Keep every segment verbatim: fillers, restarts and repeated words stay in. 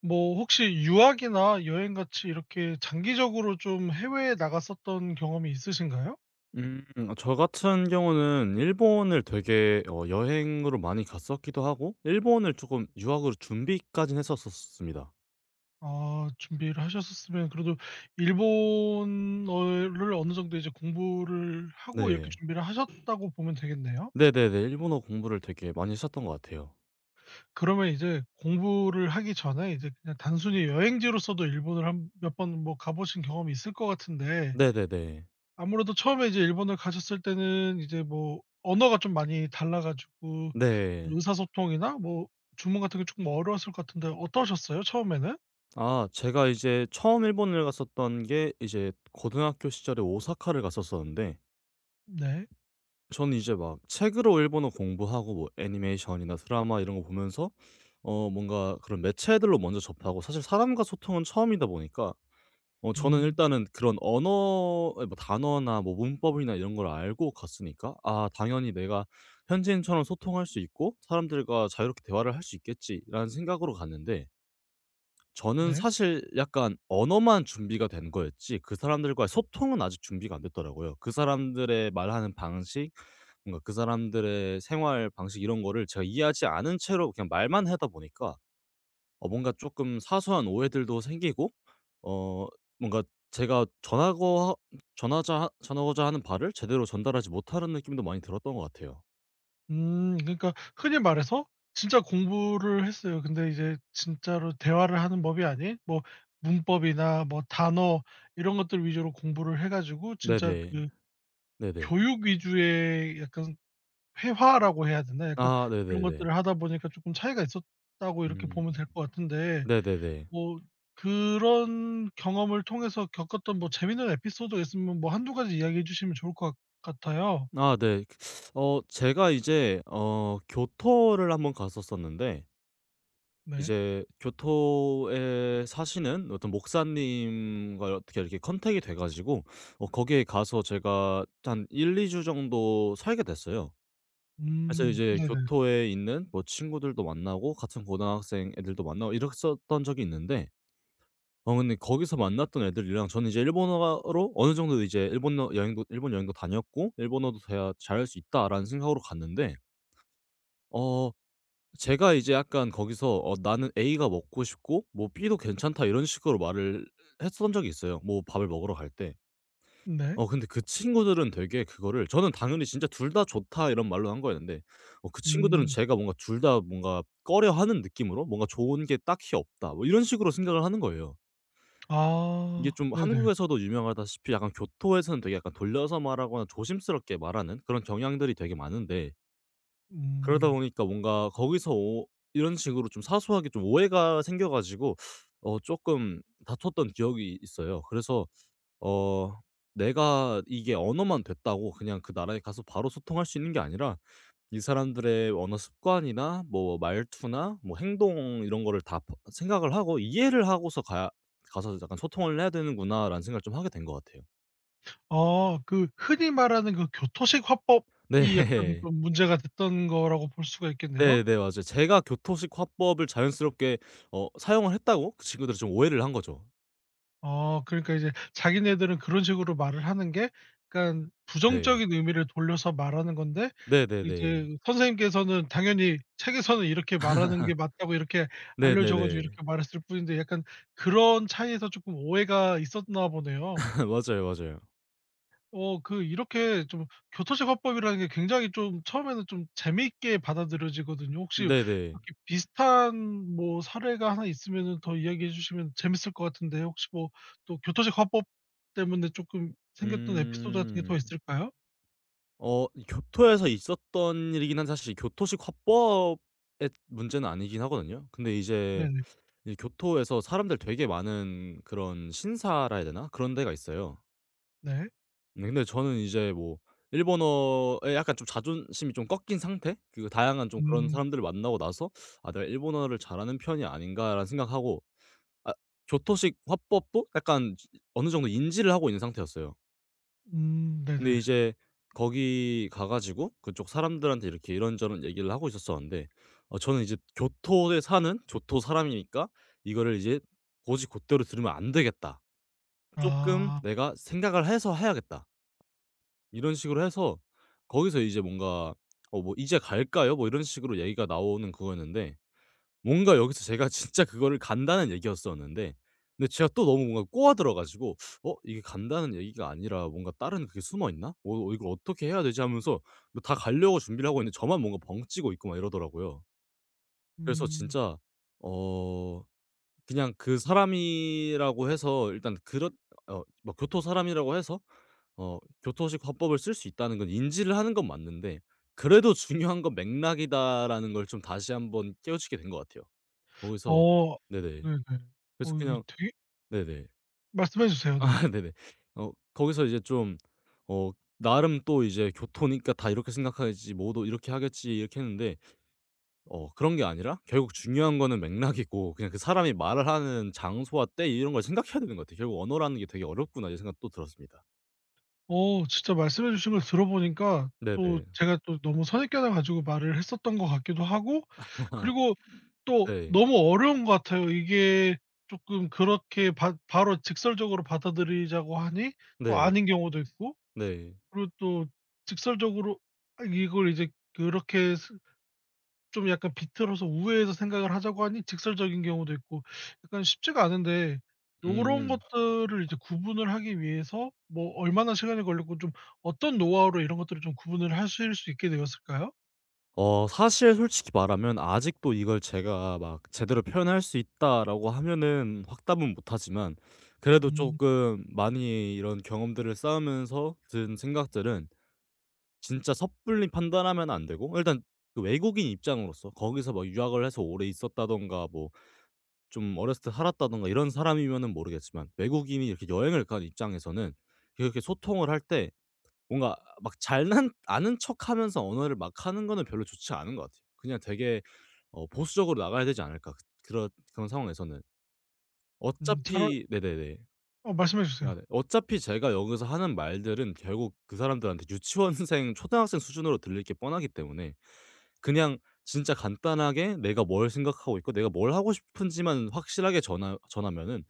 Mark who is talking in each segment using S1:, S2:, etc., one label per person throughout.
S1: 뭐 혹시 유학이나 여행 같이 이렇게 장기적으로 좀 해외에 나갔었던 경험이 있으신가요?
S2: 음. 어 저 같은 경우는 일본을 되게 어 여행으로 많이 갔었기도 하고 일본을 조금 유학으로 준비까는 했었었습니다.
S1: 아 준비를 하셨었으면 그래도 일본어를 어느 정도 이제 공부를 하고 이렇게
S2: 네.
S1: 준비를 하셨다고 보면 되겠네요.
S2: 네네네. 일본어 공부를 되게 많이 했었던 것 같아요.
S1: 그러면 이제 공부를 하기 전에 이제 그냥 단순히 여행지로서도 일본을 한 몇 번 뭐 가보신 경험이 있을 것 같은데
S2: 네네네.
S1: 아무래도 처음에 이제 일본을 가셨을 때는 이제 뭐 언어가 좀 많이 달라 가지고
S2: 네.
S1: 의사소통이나 뭐 주문 같은 게 쪼끔 어려웠을 것 같은데 어떠셨어요 처음에는?
S2: 아 제가 이제 처음 일본을 갔었던 게 이제 고등학교 시절에 오사카를 갔었었는데,
S1: 네.
S2: 저는 이제 막 책으로 일본어 공부하고 뭐 애니메이션이나 드라마 이런 거 보면서 어 뭔가 그런 매체들로 먼저 접하고, 사실 사람과 소통은 처음이다 보니까 어 저는
S1: 음
S2: 일단은 그런 언어 뭐 단어나 뭐 문법이나 이런 걸 알고 갔으니까 '아 당연히 내가 현지인처럼 소통할 수 있고 사람들과 자유롭게 대화를 할 수 있겠지.'라는 생각으로 갔는데, 저는
S1: 네.
S2: 사실 약간 언어만 준비가 된 거였지 그 사람들과의 소통은 아직 준비가 안 됐더라고요. 그 사람들의 말하는 방식, 뭔가 그 사람들의 생활 방식 이런 거를 제가 이해하지 않은 채로 그냥 말만 하다 보니까 어 뭔가 조금 사소한 오해들도 생기고 어 뭔가 제가 전하고 하 전하자 하 전하고자 하는 바를 제대로 전달하지 못하는 느낌도 많이 들었던 것 같아요.
S1: 음 그러니까 흔히 말해서 진짜 공부를 했어요. 근데 이제 진짜로 대화를 하는 법이 아닌 뭐 문법이나 뭐 단어 이런 것들 위주로 공부를 해 가지고 진짜
S2: 네네.
S1: 그
S2: 네네.
S1: 교육 위주의 약간 회화라고 해야 되나? 약간
S2: 아
S1: 이런
S2: 네네네.
S1: 것들을 하다 보니까 쪼끔 차이가 있었다고 이렇게
S2: 음.
S1: 보면 될 것 같은데
S2: 네네네.
S1: 뭐 그런 경험을 통해서 겪었던 뭐 재밌는 에피소드가 있으면 뭐 한두 가지 이야기해 주시면 좋을 것 같아요.
S2: 아 네. 어 제가 이제 어 교토를 한번 갔었었는데
S1: 네.
S2: 이제 교토에 사시는 어떤 목사님과 어떻게 이렇게 컨택이 돼 가지고 어 거기에 가서 제가 한 일이 주 정도 살게 됐어요. 사실
S1: 음.
S2: 이제
S1: 네네.
S2: 교토에 있는 뭐 친구들도 만나고 같은 고등학생 애들도 만나고 이랬었던 적이 있는데 어 근데 거기서 만났던 애들이랑 저는 이제 일본어로 어느 정도 이제 일본어 여행도 일본 여행도 다녔고 '일본어도 돼야 잘할 수 있다.'라는 생각으로 갔는데, 어 제가 이제 약간 거기서 어 "나는 A가 먹고 싶고 뭐 B도 괜찮다." 이런 식으로 말을 했었던 적이 있어요, 뭐 밥을 먹으러 갈 때.
S1: 네.
S2: 어 근데 그 친구들은 되게 그거를 저는 당연히 진짜 "둘 다 좋다." 이런 말로 한 거였는데, 어 그 친구들은
S1: 음.
S2: 제가 뭔가 둘 다 뭔가 꺼려하는 느낌으로 뭔가 "좋은 게 딱히 없다." 뭐 이런 식으로 생각을 하는 거예요. 이게
S1: 아.
S2: 좀
S1: 네네.
S2: 한국에서도 유명하다시피 약간 교토에서는 되게 약간 돌려서 말하거나 조심스럽게 말하는 그런 경향들이 되게 많은데, 그러다
S1: 음.
S2: 보니까 뭔가 거기서 오 이런 식으로 좀 사소하게 좀 오해가 생겨 가지고 어 쪼끔 다퉜던 기억이 있어요. 그래서 어 내가 이게 언어만 됐다고 그냥 그 나라에 가서 바로 소통할 수 있는 게 아니라 이 사람들의 언어 습관이나 뭐 말투나 뭐 행동 이런 거를 다 포 생각을 하고 이해를 하고서 가 가서 약간 '소통을 해야 되는구나.'라는 생각을 좀 하게 된 것 같아요.
S1: 아 그 흔히 말하는 그 교토식 화법이 약간
S2: 네.
S1: 좀 문제가 됐던 거라고 볼 수가 있겠네요?
S2: 네네. 맞아요. 제가 교토식 화법을 자연스럽게 어 사용을 했다고 그 친구들이 좀 오해를 한 거죠.
S1: 어 그러니까 이제 자기네들은 그런 식으로 말을 하는 게 약간
S2: 네.
S1: 부정적인 의미를 돌려서 말하는 건데
S2: 네네네.
S1: 이제 선생님께서는 당연히 책에서는 이렇게 말하는 게 맞다고 이렇게 알려줘 가지고
S2: 네네네.
S1: 이렇게 말했을 뿐인데 약간 그런 차이에서 조금 오해가 있었나 보네요.
S2: 맞아요, 맞아요.
S1: 어 그 이렇게 좀 교토식 화법이라는 게 굉장히 좀 처음에는 좀 재미있게 받아들여지거든요. 혹시
S2: 네네.
S1: 이렇게 비슷한 뭐 사례가 하나 있으면은 더 이야기해 주시면 재밌을 것 같은데 혹시 뭐 또 교토식 화법 때문에 조금 생겼던 에피소드 같은 게 더
S2: 음.
S1: 있을까요?
S2: 어 교토에서 있었던 일이긴 한데 사실 교토식 화법의 문제는 아니긴 하거든요. 근데 이제
S1: 네네.
S2: 이 교토에서 사람들 되게 많은 그런 신사라 해야 되나? 그런 데가 있어요.
S1: 네.
S2: 네. 근데 저는 이제 뭐 일본어에 약간 좀 자존심이 좀 꺾인 상태? 그 다양한 좀 그런
S1: 음.
S2: 사람들을 만나고 나서 '아 내가 일본어를 잘하는 편이 아닌가.'라는 생각하고, 아 교토식 화법도 약간 어느 정도 인지를 하고 있는 상태였어요.
S1: 음 네네.
S2: 근데 이제 거기 가 가지고 그쪽 사람들한테 이렇게 이런저런 얘기를 하고 있었었는데 어 저는 이제 교토에 사는 교토 사람이니까 이거를 이제 '고지 곧대로 들으면 안 되겠다. 조금
S1: 아.
S2: 내가 생각을 해서 해야겠다.' 이런 식으로 해서 거기서 이제 뭔가 어 뭐 "이제 갈까요?" 뭐 이런 식으로 얘기가 나오는 그거였는데, 뭔가 여기서 제가 진짜 그거를 간다는 얘기였었는데, 근데 제가 또 너무 뭔가 꼬아들어 가지고 '어 이게 간다는 얘기가 아니라 뭔가 다른 그게 숨어 있나? 어 어 이걸 어떻게 해야 되지?' 하면서 뭐 다 가려고 준비를 하고 있는데 저만 뭔가 벙찌고 있고 막 이러더라고요. 그래서
S1: 음.
S2: 진짜 어 그냥 그 사람이라고 해서 일단 그렇 어 뭐 교토 사람이라고 해서 어 교토식 화법을 쓸 수 있다는 건 인지를 하는 건 맞는데 '그래도 중요한 건 맥락이다.'라는 걸 좀 다시 한번 깨우치게 된 것 같아요. 거기서.
S1: 어
S2: 네네.
S1: 네네.
S2: 그래서
S1: 어 이거
S2: 그냥.
S1: 되게
S2: 네네.
S1: 말씀해 주세요. 네.
S2: 아 네네. 어 거기서 이제 좀 어 나름 또 이제 '교토니까 다 이렇게 생각하겠지. 뭐도 이렇게 하겠지.' 이렇게 했는데, 어 그런 게 아니라 결국 중요한 거는 맥락이고 그냥 그 사람이 말을 하는 장소와 때 이런 걸 생각해야 되는 것 같아요. '결국 언어라는 게 되게 어렵구나.' 이 생각 또 들었습니다.
S1: 어 진짜 말씀해 주신 걸 들어보니까 또
S2: 네네.
S1: 제가 또 너무 선입견을 가지고 말을 했었던 것 같기도 하고 그리고 또
S2: 네.
S1: 너무 어려운 것 같아요. 이게 쪼끔 그렇게 바 바로 직설적으로 받아들이자고 하니 또
S2: 네.
S1: 아닌 경우도 있고
S2: 네.
S1: 그리고 또 직설적으로 아 이걸 이제 그렇게 스 좀 약간 비틀어서 우회해서 생각을 하자고 하니 직설적인 경우도 있고 약간 쉽지가 않은데 요런
S2: 음.
S1: 것들을 이제 구분을 하기 위해서 뭐 얼마나 시간이 걸렸고 좀 어떤 노하우로 이런 것들을 좀 구분을 하실 수 있게 되었을까요?
S2: 어 사실 솔직히 말하면 아직도 이걸 제가 막 '제대로 표현할 수 있다.'라고 하면은 확답은 못하지만 그래도
S1: 음.
S2: 쪼끔 많이 이런 경험들을 쌓으면서 든 생각들은, 진짜 섣불리 판단하면 안 되고 일단 그 외국인 입장으로서 거기서 막 유학을 해서 오래 있었다든가 뭐 좀 어렸을 때 살았다든가 이런 사람이면은 모르겠지만 외국인이 이렇게 여행을 간 입장에서는 그렇게 소통을 할때 뭔가 막 잘난 아는 척하면서 언어를 막 하는 거는 별로 좋지 않은 것 같아요. 그냥 되게 어 보수적으로 나가야 되지 않을까, 그 그런 그런 상황에서는.
S1: 음 차라
S2: 어차피 네네네.
S1: 어 말씀해 주세요.
S2: 아 네. 어차피 제가 여기서 하는 말들은 결국 그 사람들한테 유치원생, 초등학생 수준으로 들릴 게 뻔하기 때문에 그냥 진짜 간단하게 내가 뭘 생각하고 있고 내가 뭘 하고 싶은지만 확실하게 전하 전하면은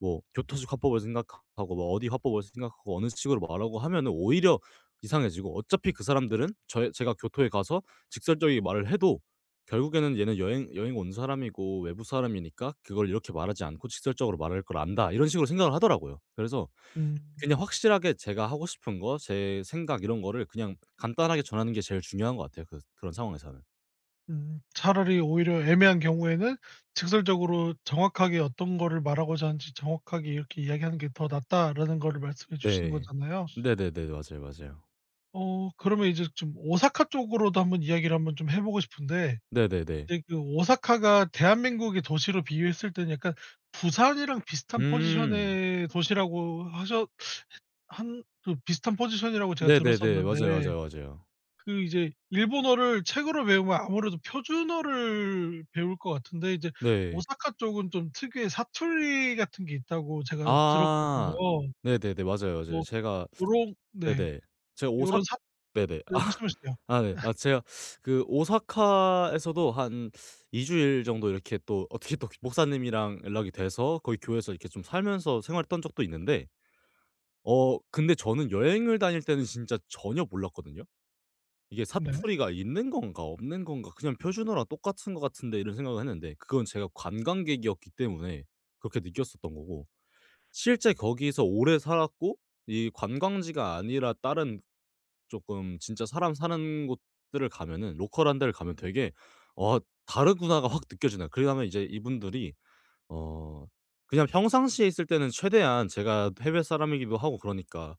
S2: 뭐 교토식 화법을 생각하고 뭐 어디 화법을 생각하고 어느 식으로 말하고 하면은 오히려 이상해지고, 어차피 그 사람들은 저의 제가 교토에 가서 직설적인 말을 해도 결국에는 '얘는 여행 여행 온 사람이고 외부 사람이니까 그걸 이렇게 말하지 않고 직설적으로 말할 걸 안다.' 이런 식으로 생각을 하더라고요. 그래서
S1: 음.
S2: 그냥 확실하게 제가 하고 싶은 거, 제 생각 이런 거를 그냥 간단하게 전하는 게 제일 중요한 것 같아요, 그 그런 상황에서는.
S1: 음. 차라리 오히려 애매한 경우에는 직설적으로 정확하게 어떤 거를 말하고자 하는지 정확하게 이렇게 이야기하는 게 더 낫다라는 거를 말씀해 주시는
S2: 네.
S1: 거잖아요.
S2: 네네네. 맞아요, 맞아요.
S1: 어 그러면 이제 좀 오사카 쪽으로도 한번 이야기를 한번 좀 해 보고 싶은데
S2: 네네네.
S1: 이제 그 오사카가 대한민국의 도시로 비유했을 때는 약간 부산이랑 비슷한
S2: 음.
S1: 포지션의 도시라고 하셨 한 그 비슷한 포지션이라고 제가
S2: 네네네. 맞아요,
S1: 들었었는데
S2: 맞아요, 맞아요.
S1: 그 이제 일본어를 책으로 배우면 아무래도 표준어를 배울 것 같은데 이제
S2: 네.
S1: 오사카 쪽은 좀 특유의 사투리 같은 게 있다고 제가 들었거든요.
S2: 아. 네네네. 맞아요, 맞아요.
S1: 뭐
S2: 제가
S1: 요런 네
S2: 네네. 제가 오사
S1: 요런 사
S2: 네네.
S1: 네 말씀해 주세요.
S2: 아 네. 아 제가 그 오사카에서도 한 2 주일 정도 이렇게 또 어떻게 또 목사님이랑 연락이 돼서 거기 교회에서 이렇게 좀 살면서 생활했던 적도 있는데, 어 근데 저는 여행을 다닐 때는 진짜 전혀 몰랐거든요. 이게
S1: 네.
S2: '사투리가 있는 건가 없는 건가 그냥 표준어랑 똑같은 것 같은데.' 이런 생각을 했는데, 그건 제가 관광객이었기 때문에 그렇게 느꼈었던 거고, 실제 거기서 오래 살았고 이 관광지가 아니라 다른 조금 진짜 사람 사는 곳들을 가면은 로컬한 데를 가면 되게 '어 다르구나.'가 확 느껴지네요. 그러면 이제 이분들이 어 그냥 평상시에 있을 때는 최대한 제가 해외 사람이기도 하고 그러니까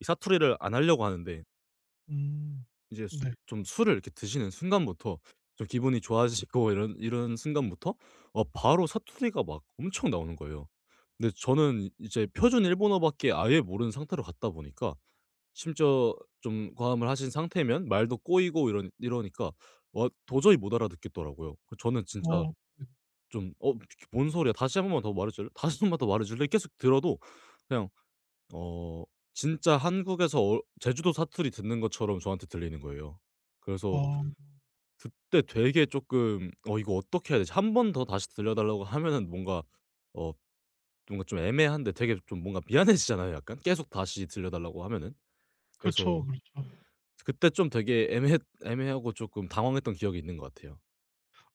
S2: 이 사투리를 안 하려고 하는데,
S1: 음.
S2: 이제 수
S1: 네.
S2: 좀 술을 이렇게 드시는 순간부터 좀 기분이 좋아지고 이런 이런 순간부터 어 바로 사투리가 막 엄청 나오는 거예요. 근데 저는 이제 표준 일본어밖에 아예 모르는 상태로 갔다 보니까, 심지어 좀 과음을 하신 상태면 말도 꼬이고 이러 이러니까 와, 도저히 못 알아듣겠더라고요. 그 저는 진짜
S1: 어. 네.
S2: 좀 어 뭔 소리야. 다시 한 번만 더 말해 줄래? 다시 한 번만 더 말해 줄래? 계속 들어도 그냥 어 진짜 한국에서 어 제주도 사투리 듣는 것처럼 저한테 들리는 거예요. 그래서
S1: 아.
S2: 그때 되게 쪼끔 '어 이거 어떻게 해야 되지?' 한 번 더 다시 들려 달라고 하면은 뭔가 어 뭔가 좀 애매한데 되게 좀 뭔가 미안해지잖아요, 약간 계속 다시 들려 달라고 하면은.
S1: 그렇죠, 그렇죠.
S2: 그래서 그때 좀 되게 애매했 애매하고 쪼끔 당황했던 기억이 있는 것 같아요.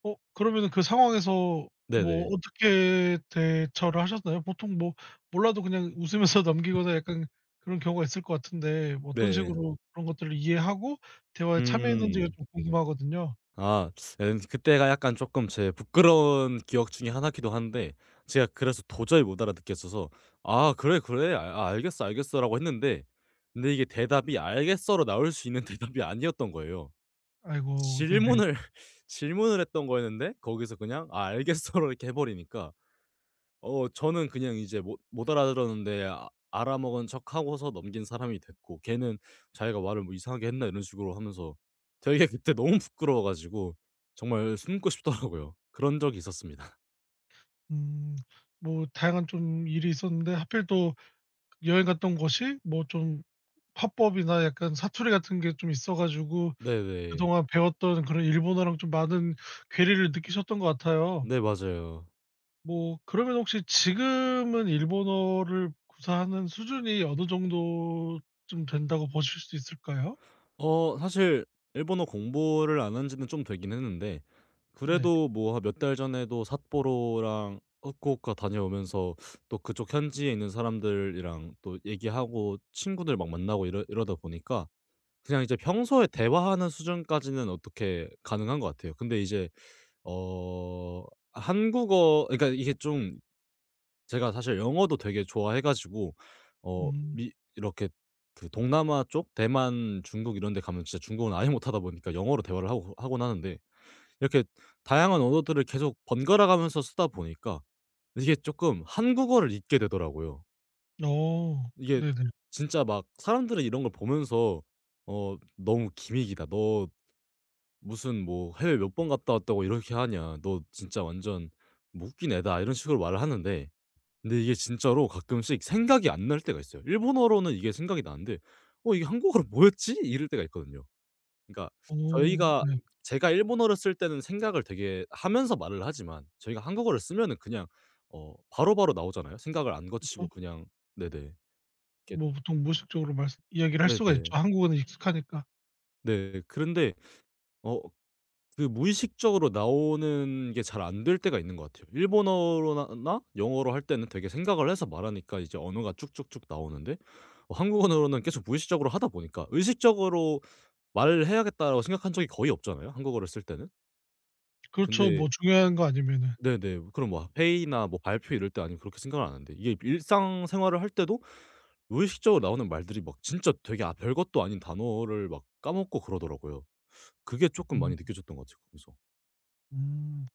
S1: 어 그러면은 그 상황에서 뭐
S2: 네네.
S1: 어떻게 대처를 하셨나요? 보통 뭐 몰라도 그냥 웃으면서 넘기거나 약간 그런 경우가 있을 것 같은데 뭐 어떤
S2: 네.
S1: 식으로 그런 것들을 이해하고 대화에 참여했는지가
S2: 음.
S1: 좀 궁금하거든요.
S2: 아 엔 그때가 약간 조금 제 부끄러운 기억 중에 하나기도 한데, 제가 그래서 도저히 못 알아듣겠어서 "아 그래, 그래. 아 아, 알겠어, 알겠어."라고 했는데, 근데 이게 대답이 "알겠어."로 나올 수 있는 대답이 아니었던 거예요.
S1: 아이고 네네.
S2: 질문을 질문을 했던 거였는데 거기서 그냥 "아 알겠어."로 이렇게 해 버리니까 어 저는 그냥 이제 못 못 알아들었는데 아 알아먹은 척하고서 넘긴 사람이 됐고, 걔는 자기가 "말을 뭐 이상하게 했나?" 이런 식으로 하면서, 되게 그때 너무 부끄러워 가지고 정말 숨고 싶더라고요. 그런 적이 있었습니다.
S1: 음. 뭐 다양한 좀 일이 있었는데 하필 또 여행 갔던 곳이 뭐 좀 화법이나 약간 사투리 같은 게 좀 있어 가지고
S2: 네네.
S1: 그동안 배웠던 그런 일본어랑 좀 많은 괴리를 느끼셨던 것 같아요.
S2: 네. 맞아요.
S1: 뭐 그러면 혹시 지금은 일본어를 구사하는 수준이 어느 정도쯤 된다고 보실 수 있을까요?
S2: 어 사실 일본어 공부를 안 한 지는 좀 되긴 했는데
S1: 네.
S2: 그래도 뭐 몇 달 전에도 삿포로랑 후쿠오카 다녀오면서 또 그쪽 현지에 있는 사람들이랑 또 얘기하고 친구들 막 만나고 이러 이러다 보니까 그냥 이제 평소에 대화하는 수준까지는 어떻게 가능한 것 같아요. 근데 이제 어 한국어 그러니까 이게 좀 제가 사실 영어도 되게 좋아해 가지고 어
S1: 음.
S2: 미 이렇게 그 동남아 쪽 대만, 중국 이런 데 가면 진짜 중국어는 아예 못하다 보니까 영어로 대화를 하고 하곤 하는데, 이렇게 다양한 언어들을 계속 번갈아 가면서 쓰다 보니까 이게 쪼끔 한국어를 잊게 되더라고요.
S1: 어.
S2: 이게
S1: 네네.
S2: 진짜 막 사람들은 이런 걸 보면서 어 "너무 기믹이다. 너 무슨 뭐 해외 몇 번 갔다 왔다고 이렇게 하냐. 너 진짜 완전 뭐 웃긴 애다." 이런 식으로 말을 하는데, 근데 이게 진짜로 가끔씩 생각이 안 날 때가 있어요. 일본어로는 이게 생각이 나는데 '어 이게 한국어로 뭐였지?' 이럴 때가 있거든요. 그러니까
S1: 어
S2: 저희가
S1: 네.
S2: 제가 일본어를 쓸 때는 생각을 되게 하면서 말을 하지만 저희가 한국어를 쓰면은 그냥 어 바로바로 나오잖아요. 생각을 안
S1: 그쵸.
S2: 거치고 그냥. 네네. 이렇게.
S1: 뭐 보통 무의식적으로 말씀 이야기를 할
S2: 네네.
S1: 수가
S2: 네.
S1: 있죠. 한국어는 익숙하니까.
S2: 네, 그런데 어 그 무의식적으로 나오는 게 잘 안 될 때가 있는 것 같아요. 일본어로나 영어로 할 때는 되게 생각을 해서 말하니까 이제 언어가 쭉쭉쭉 나오는데, 어 한국어로는 계속 무의식적으로 하다 보니까 의식적으로 '말을 해야겠다.'라고 생각한 적이 거의 없잖아요, 한국어를 쓸 때는.
S1: 그렇죠.
S2: 근데
S1: 뭐 중요한 거 아니면은.
S2: 네네. 그럼 뭐 회의나 뭐 발표 이럴 때 아니면 그렇게 생각을 안 하는데, 이게 일상생활을 할 때도 무의식적으로 나오는 말들이 막 진짜 되게 아 별것도 아닌 단어를 막 까먹고 그러더라고요. 그게 조금
S1: 음.
S2: 많이 느껴졌던 것 같아요, 그래서.
S1: 음.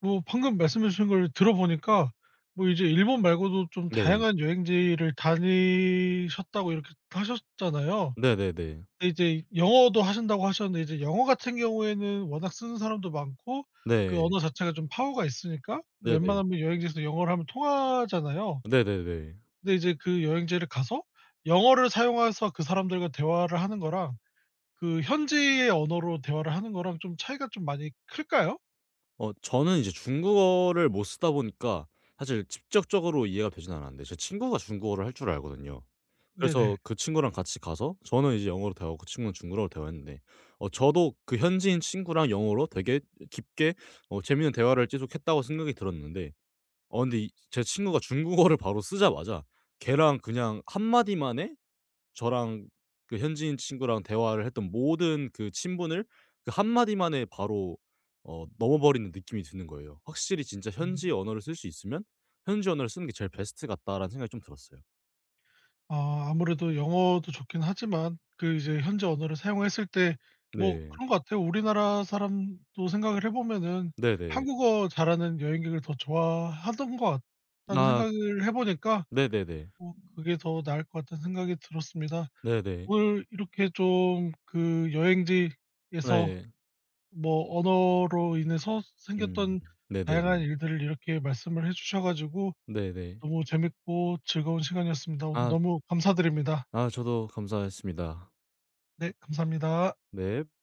S1: 뭐 방금 말씀해 주신 걸 들어보니까 뭐 이제 일본 말고도 좀
S2: 네.
S1: 다양한 여행지를 다니셨다고 이렇게 하셨잖아요.
S2: 네네네.
S1: 근데 이제 영어도 하신다고 하셨는데 이제 영어 같은 경우에는 워낙 쓰는 사람도 많고 그
S2: 네.
S1: 언어 자체가 좀 파워가 있으니까
S2: 네네.
S1: 웬만하면 여행지에서 영어를 하면 통하잖아요.
S2: 네네네.
S1: 근데 이제 그 여행지를 가서 영어를 사용해서 그 사람들과 대화를 하는 거랑 그 현지의 언어로 대화를 하는 거랑 좀 차이가 좀 많이 클까요?
S2: 어 저는 이제 중국어를 못 쓰다 보니까 사실 직접적으로 이해가 되진 않았는데, 제 친구가 중국어를 할 줄 알거든요.
S1: 네네.
S2: 그래서 그 친구랑 같이 가서 저는 이제 영어로 대화하고 그 친구는 중국어로 대화했는데, 어 저도 그 현지인 친구랑 영어로 되게 깊게 어 재미있는 대화를 계속했다고 생각이 들었는데, 어 근데 이 제 친구가 중국어를 바로 쓰자마자 걔랑 그냥 한마디만에 저랑 그 현지인 친구랑 대화를 했던 모든 그 친분을 그 한마디만에 바로 어 넘어버리는 느낌이 드는 거예요. 확실히 진짜
S1: 음.
S2: 현지 언어를 쓸 수 있으면 '현지 언어를 쓰는 게 제일 베스트 같다.'라는 생각이 좀 들었어요.
S1: 아, 아무래도 영어도 좋긴 하지만 그 이제 현지 언어를 사용했을 때 뭐
S2: 네.
S1: 그런 것 같아요. 우리나라 사람도 생각을 해 보면은
S2: 네네.
S1: 한국어 잘하는 여행객을 더 좋아하던 것 같다는
S2: 아
S1: 생각을 해 보니까
S2: 네네네.
S1: 뭐 그게 더 나을 것 같다는 생각이 들었습니다.
S2: 네네.
S1: 오늘 이렇게 좀 그 여행지에서
S2: 네.
S1: 뭐 언어로 인해서
S2: 음.
S1: 생겼던 다양한
S2: 네네네.
S1: 일들을 이렇게 말씀을 해 주셔 가지고
S2: 네네.
S1: 너무 재밌고 즐거운 시간이었습니다. 오늘
S2: 아
S1: 너무 감사드립니다.
S2: 아 저도 감사했습니다.
S1: 네 감사합니다.
S2: 네.